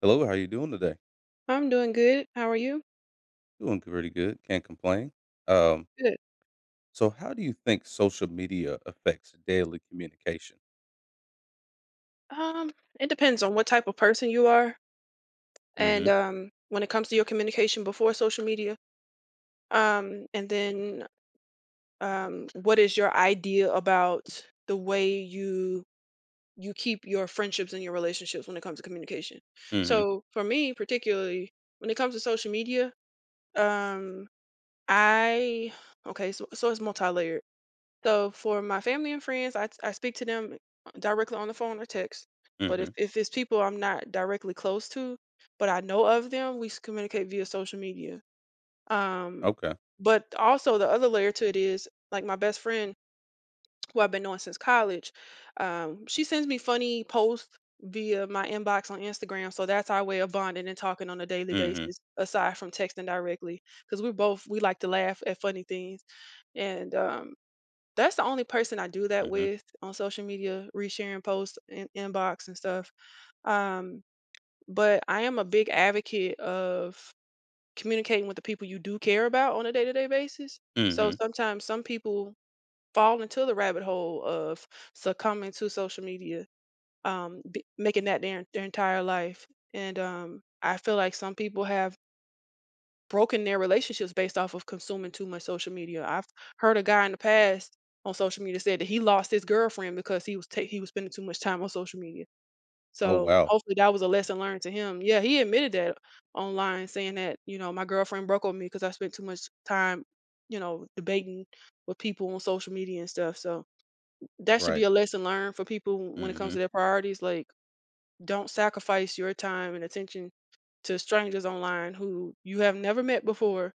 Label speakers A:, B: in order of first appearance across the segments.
A: Hello, how you doing today?
B: I'm doing good. How are you?
A: Doing pretty good. Can't complain. Um,
B: Good.
A: so how do you think social media affects daily communication?
B: Um, it depends on what type of person you are and
A: Mhm.
B: when it comes to your communication before social media. And then what is your idea about the way you keep your friendships and your relationships when it comes to communication?
A: Mhm.
B: So for me particularly, when it comes to social media, um I okay, so it's multi-layered. So for my family and friends, I speak to them directly on the phone or text. But if,
A: Mhm.
B: if it's people I'm not directly close to, but I know of them, we communicate via social media. Um,
A: Okay.
B: but also the other layer to it is like my best friend who I've been knowing since college. She sends me funny posts via my inbox on Instagram, so that's our way of bonding and talking on a daily
A: Mhm.
B: basis, aside from texting directly, because we like to laugh at funny things and that's the only person I do that
A: Mhm.
B: with on social media, resharing posts and inbox and stuff. Um, but I am a big advocate of communicating with the people you do care about on a day-to-day basis. So
A: Mhm.
B: sometimes some people fall into the rabbit hole of succumbing to social media, making that their entire life. And I feel like some people have broken their relationships based off of consuming too much social media. I've heard a guy in the past on social media said that he lost his girlfriend because he was spending too much time on social media.
A: Oh,
B: So
A: wow.
B: hopefully that was a lesson learned to him. Yeah, he admitted that online, saying that you know my girlfriend broke up with me because I spent too much time, you know, debating with people on social media and stuff. So that should be
A: Right.
B: a lesson learned for people when it comes to
A: Mhm.
B: their priorities. Like, don't sacrifice your time and attention to strangers online who you have never met before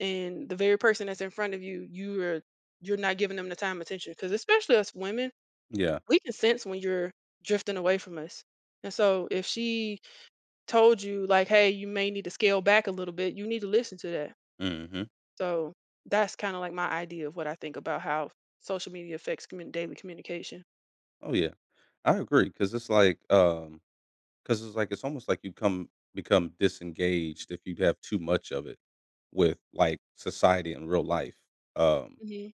B: and the very person that's in front of you, you're not giving them the time attention because especially us women,
A: Yeah.
B: we can sense when you're drifting away from us. And so if she told you like, hey, you may need to scale back a little bit, you need to listen to that.
A: Mhm.
B: So that's kind of like my idea of what I think about how social media affects daily communication.
A: Oh, yeah. I agree cuz it's like it's almost like you come become disengaged if you have too much of it with like society in real life. Um
B: Hmm.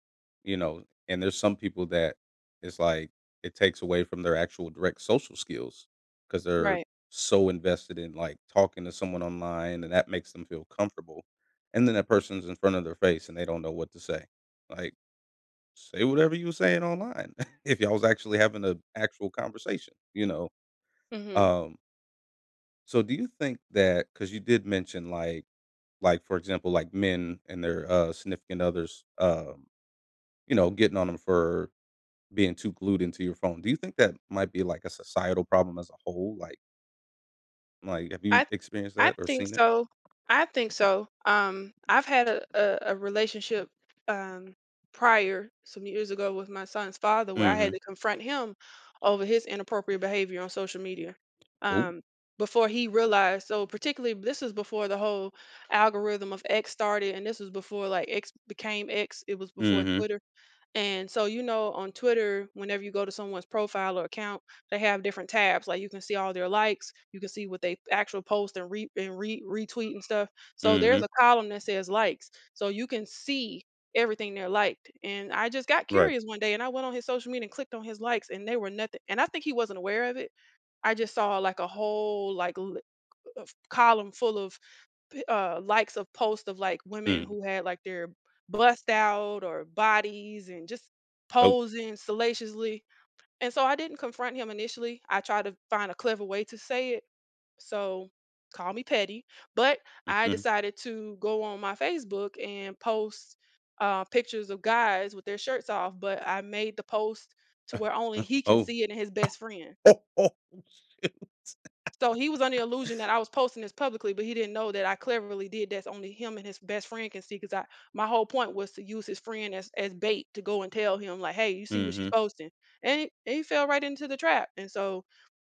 A: You know, and there's some people that it's like it takes away from their actual direct social skills because they're
B: Right.
A: so invested in like talking to someone online and that makes them feel comfortable. And then that person's in front of their face and they don't know what to say. Like, say whatever you were saying online if y'all was actually having an actual conversation, you know.
B: Hmm.
A: Um, so do you think that because you did mention like for example, like men and their significant others, you know, getting on them for being too glued into your phone. Do you think that might be, like, a societal problem as a whole? Like, have you
B: I th
A: experienced
B: I
A: that or
B: think
A: seen it?
B: so. I think so. I've had a relationship, um, prior, some years ago with my son's father where I had
A: Mhm.
B: to confront him over his inappropriate behavior on social media,
A: Oh.
B: um, before he realized so particularly this was before the whole algorithm of X started, and this was before, like, X became X, it was before
A: Mhm.
B: Twitter. And so, you know, on Twitter, whenever you go to someone's profile or account, they have different tabs. Like you can see all their likes, you can see what they actual post and re retweet and stuff. So there's
A: Mhm.
B: a column that says likes. So you can see everything they're liked. And I just got
A: Right.
B: curious one day and I went on his social media and clicked on his likes and they were nothing. And I think he wasn't aware of it. I just saw like a whole column full of likes of posts of like women
A: Mm.
B: who had like their bust out or bodies and just
A: Oh.
B: posing salaciously. And so I didn't confront him initially. I tried to find a clever way to say it. So call me petty, but I
A: Mhm.
B: decided to go on my Facebook and post pictures of guys with their shirts off. But I made the post to where only he can
A: Oh.
B: see it and his best friend.
A: Oh. Oh. Oh.
B: So he was under the illusion that I was posting this publicly, but he didn't know that I cleverly did that's only him and his best friend can see because I my whole point was to use his friend as bait to go and tell him like, hey, you see what she's
A: Mhm.
B: posting. And he fell right into the trap. And so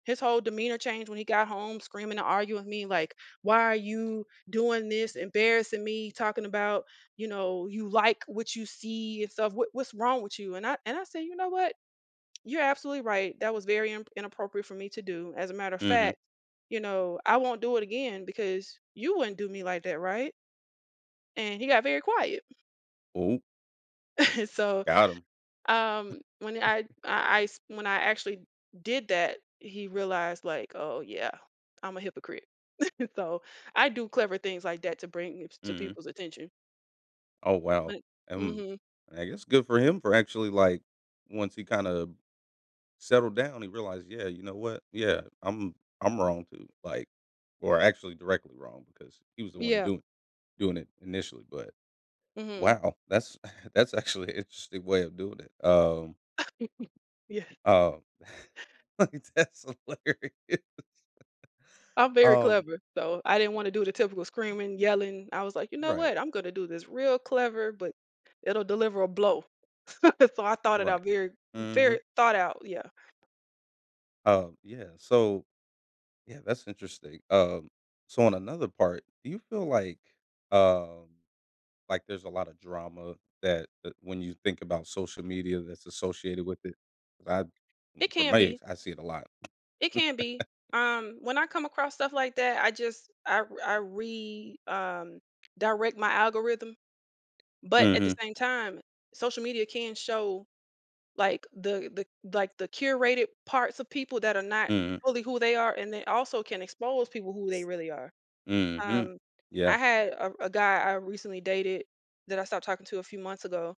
B: his whole demeanor changed when he got home, screaming and arguing with me, like, why are you doing this, embarrassing me, talking about, you know, you like what you see and stuff. What's wrong with you? And I said, you know what? You're absolutely right. That was very in inappropriate for me to do. As a matter of
A: Mhm.
B: fact, you know, I won't do it again because you wouldn't do me like that, right? And he got very quiet.
A: Oh,
B: So,
A: got him.
B: when I s- when I actually did that, he realized like, oh yeah, I'm a hypocrite. So I do clever things like that to bring it to
A: Mhm.
B: people's attention.
A: Oh, wow.
B: But,
A: Um,
B: hmm.
A: I guess good for him for actually, like, once he kinda settled down, he realized, "Yeah, you know what? Yeah, I'm wrong too," like, or actually directly wrong because he was the one
B: Yeah.
A: doing, doing it initially, but
B: Hmm.
A: wow, that's, that's actually an interesting way of doing it.
B: Yeah.
A: Um, like, that's hilarious.
B: I'm very
A: Um,
B: clever, so I didn't wanna do the typical screaming, yelling. I was like, "You know
A: right,
B: what? I'm gonna do this real clever, but it'll deliver a blow." So I thought it
A: right.
B: out very
A: Mm-hmm.
B: very thought out, yeah.
A: Yeah. So yeah, that's interesting. So on another part, do you feel um like there's a lot of drama that, when you think about social media that's associated with it? 'Cause I,
B: It
A: for
B: can
A: me,
B: be.
A: I see it a lot.
B: It can be. When I come across stuff like that, I just I r I re direct my algorithm, but at the
A: Mm-hmm.
B: same time, social media can show, like, the like, the curated parts of people that are not
A: Mm-hmm.
B: fully who they are, and they also can expose people who they really are.
A: Mm-hmm.
B: Um, I
A: Yeah.
B: had a guy I recently dated that I stopped talking to a few months ago.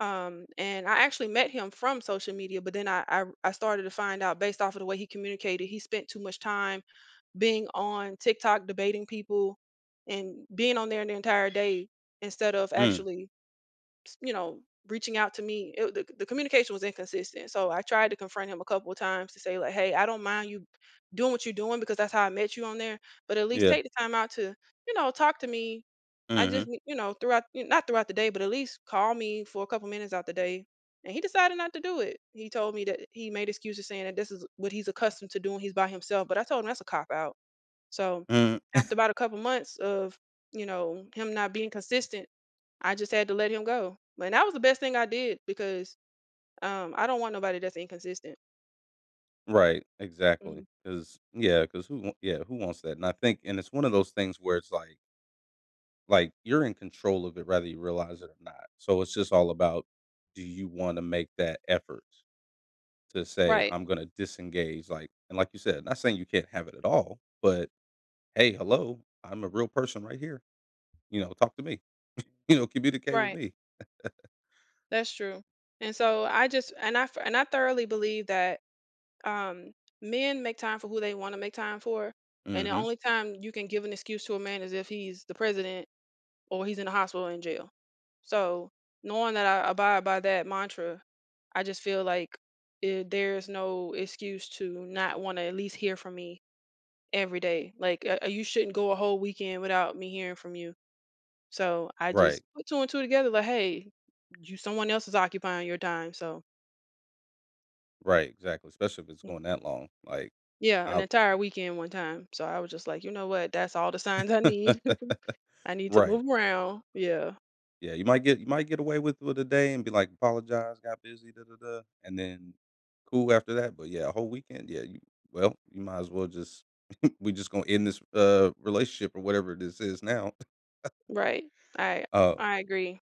B: And I actually met him from social media, but then I started to find out based off of the way he communicated, he spent too much time being on TikTok debating people and being on there the entire day instead of
A: Mm.
B: actually you know reaching out to me the communication was inconsistent so I tried to confront him a couple of times to say like hey I don't mind you doing what you're doing because that's how I met you on there but at least
A: Yeah.
B: take the time out to you know talk to me I just
A: Mhm.
B: you know throughout not throughout the day but at least call me for a couple minutes out the day and he decided not to do it he told me that he made excuses saying that this is what he's accustomed to doing he's by himself but I told him that's a cop out so
A: Mm,
B: after about a couple months of him not being consistent, I just had to let him go. But that was the best thing I did because I don't want nobody that's inconsistent.
A: right.
B: Mhm.
A: Exactly. Because yeah. Cause who wa Yeah, who wants that? And I think and it's one of those things where it's like, you're in control of it whether you realize it or not, so it's just all about, do you wanna make that effort to say,
B: Right,
A: "I'm gonna disengage," like, and like you said, not saying you can't have it at all, but, "Hey, hello, I'm a real person right here," you know, "Talk to me," you know, "Communicate with
B: right.
A: me."
B: That's true. And so I just and I thoroughly believe that um, men make time for who they want to make time for, and the
A: Mhm.
B: only time you can give an excuse to a man is if he's the president or he's in the hospital or in jail. So knowing that I abide by that mantra I just feel like there's no excuse to not want to at least hear from me every day. Like, you shouldn't go a whole weekend without me hearing from you. So I
A: Right,
B: just put two and two together. Like, hey, you someone else is occupying your time. So
A: right, exactly, especially if it's
B: mm,
A: going that long, like,
B: yeah, an
A: I
B: entire weekend one time. So I was just like, you know what? That's all the signs I need. I need to
A: right.
B: move around. Yeah,
A: Yeah, you might get away with it a day and be like, "Apologize, got busy, da da da," and then cool after that, but yeah, a whole weekend, yeah, you, well, you might as well just we just gonna end this, relationship or whatever this is now.
B: right. I
A: Uh
B: I agree.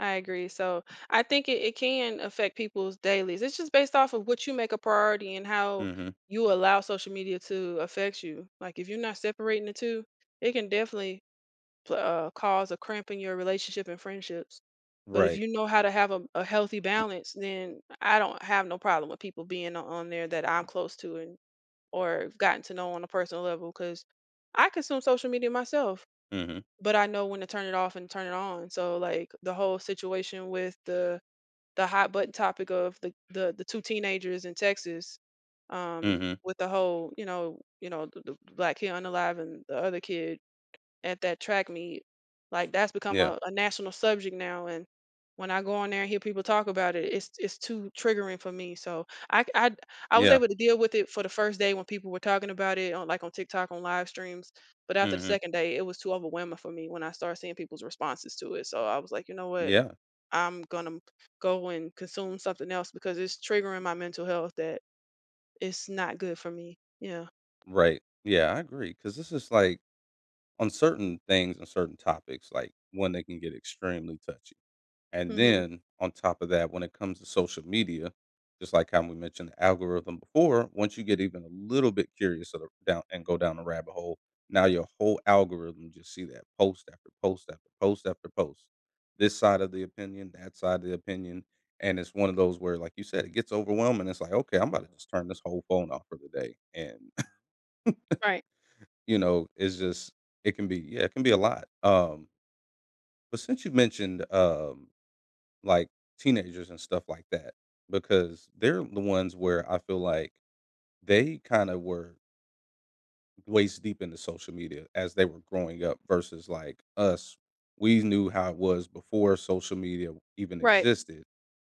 B: I agree. So I think it can affect people's dailies. It's just based off of what you make a priority and how
A: mhm,
B: you allow social media to affect you. Like if you're not separating the two, it can definitely cause a cramp in your relationship and friendships. But if
A: right,
B: you know how to have a healthy balance, then I don't have no problem with people being on there that I'm close to and or gotten to know on a personal level because I consume social media myself
A: mhm,
B: but I know when to turn it off and turn it on. So like the whole situation with the hot button topic of the two teenagers in Texas,
A: mm mhm,
B: with the whole the black kid unalive and the other kid at that track meet. Like that's become
A: yeah,
B: a national subject now, and when I go on there and hear people talk about it, it's too triggering for me. So I I was
A: yeah,
B: able to deal with it for the first day when people were talking about it on like on TikTok on live streams, but
A: mm
B: after the
A: mhm,
B: second day, it was too overwhelming for me when I started seeing people's responses to it. So I was like, you know what,
A: yeah,
B: I'm gonna go and consume something else because it's triggering my mental health that it's not good for me. Yeah.
A: right, yeah, I agree because this is like, on certain things and certain topics, like, one, they can get extremely touchy. And
B: Hmm.
A: then on top of that, when it comes to social media, just like how we mentioned the algorithm before, once you get even a little bit curious of the, down and go down the rabbit hole, now your whole algorithm just see that post after post after post after post. This side of the opinion, that side of the opinion. And it's one of those where, like you said, it gets overwhelming. It's like, okay, I'm about to just turn this whole phone off for the day. And,
B: Right.
A: you know, it's just, it can be, yeah, it can be a lot. But since you mentioned like teenagers and stuff like that because they're the ones where I feel like they kind of were waist deep into social media as they were growing up versus like us. We knew how it was before social media even
B: Right.
A: existed,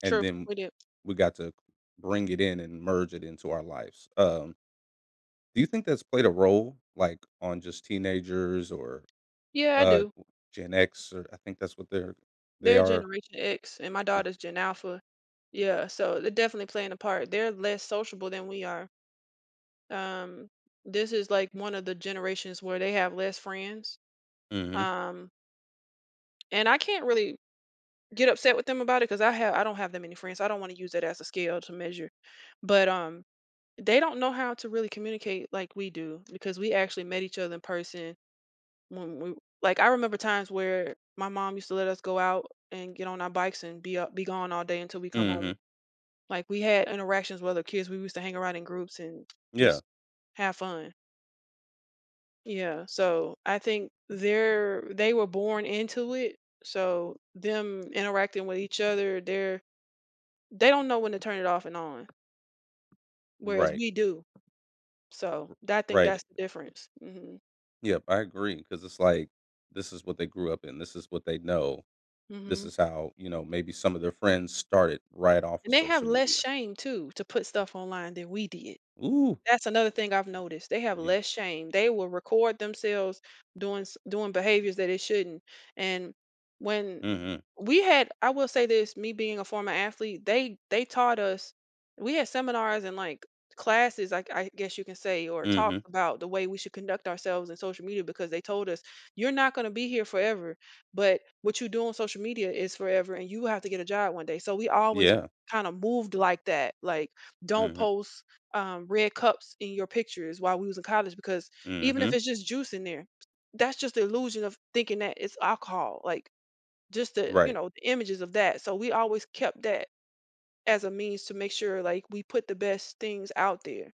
A: and
B: True.
A: then
B: We did.
A: we got to bring it in and merge it into our lives. Do you think that's played a role, like on just teenagers or
B: Yeah, I
A: uh,
B: do.
A: Gen X, or I think that's what they
B: They're
A: are.
B: Generation X, and my
A: Yeah.
B: daughter's Gen Alpha. Yeah, so they're definitely playing a part. They're less sociable than we are. Um, this is like one of the generations where they have less friends.
A: Hmm.
B: Um, and I can't really get upset with them about it because I don't have that many friends. I don't want to use that as a scale to measure. But they don't know how to really communicate like we do because we actually met each other in person when we like I remember times where my mom used to let us go out and get on our bikes and be gone all day until we come home.
A: Hmm.
B: Like, we had interactions with other kids, we used to hang around in groups and
A: Yeah.
B: just have fun. Yeah, so I think they were born into it, so them interacting with each other, they don't know when to turn it off and on, whereas
A: Right.
B: we do. So,
A: R
B: tha I think
A: Right.
B: that's the difference. Mhm.
A: Yep, I agree because it's like, this is what they grew up in, this is what they know, this
B: Mhm,
A: is how, you know, maybe some of their friends started right off of
B: and they have
A: social
B: less
A: media.
B: shame too to put stuff online than we did.
A: Ooh,
B: That's another thing I've noticed, they have
A: yeah.
B: less shame. They will record themselves doing behaviors that they shouldn't, and when
A: Mhm,
B: we had, I will say this, me being a former athlete, they taught us, we had seminars and, like, classes, I guess you can say, or talks
A: mhm,
B: about the way we should conduct ourselves in social media because they told us, "You're not gonna be here forever, but what you do on social media is forever, and you have to get a job one day." So we always
A: yeah,
B: kinda moved like that, like, don't
A: mhm,
B: post, red cups in your pictures while we was in college because even if
A: mhm,
B: it's just juice in there, that's just the illusion of thinking that it's alcohol, like, just the you
A: right,
B: know the images of that, so we always kept that as a means to make sure like we put the best things out there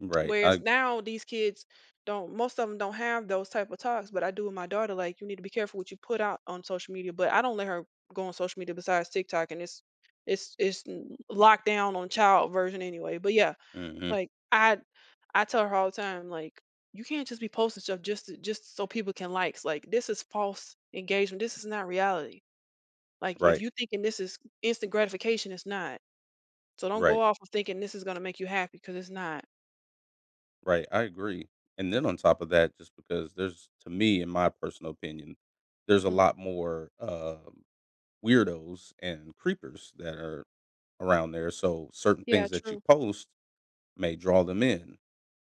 A: right,
B: whereas
A: I
B: now these kids don't most of them don't have those type of talks, but I do with my daughter, like, you need to be careful what you put out on social media, but I don't let her go on social media besides TikTok, and it's locked down on child version anyway. But yeah,
A: mhm,
B: like, I tell her all the time, like, you can't just be posting stuff just so people can likes, like, this is false engagement, this is not reality, like, if
A: right,
B: you thinking this is instant gratification, it's not. So don't go
A: right,
B: off of thinking this is gonna make you happy because it's not.
A: right, I agree, and then on top of that, just because there's to me, in my personal opinion, there's a
B: Mhm.
A: lot more, weirdos and creepers that are around there, so certain
B: Yeah,
A: things that you
B: true.
A: post may draw them in,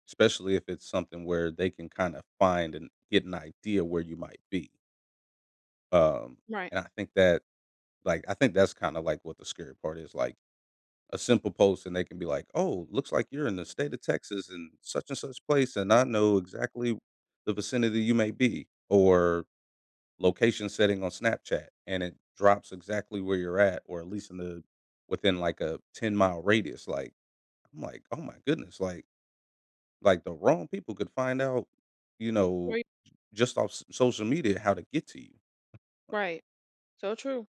A: especially if it's something where they can kind of find and get an idea where you might be. Um,
B: Right.
A: and I think that, like, I think that's kind of like what the scary part is. Like a simple post, and they can be like, "Oh, looks like you're in the state of Texas and such place, and I know exactly the vicinity you may be," or location setting on Snapchat, and it drops exactly where you're at, or at least in the within like a 10 mile radius. Like, I'm like, oh my goodness, like, the wrong people could find out, you know,
B: Right.
A: just off s social media how to get to you. Like
B: Right. So true.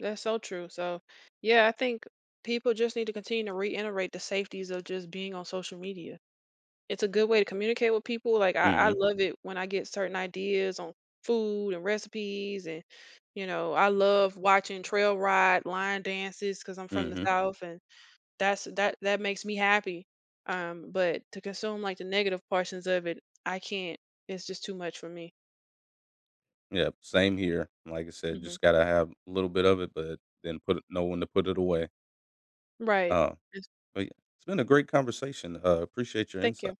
B: That's so true. So, yeah, I think people just need to continue to reiterate the safeties of just being on social media. It's a good way to communicate with people. Like, I
A: mhm,
B: love it when I get certain ideas on food and recipes and, you know, I love watching trail ride line dances because 'cause I'm from the
A: mhm.
B: South, and that's that makes me happy. But to consume like the negative portions of it, I can't. It's just too much for me.
A: Yep, same here. Like I said,
B: Hmm.
A: just gotta have a little bit of it, but then put it know when to put it away.
B: Right.
A: Uh,
B: Yes.
A: but yeah, it's been a great conversation. Appreciate your
B: Thank
A: insight.
B: you.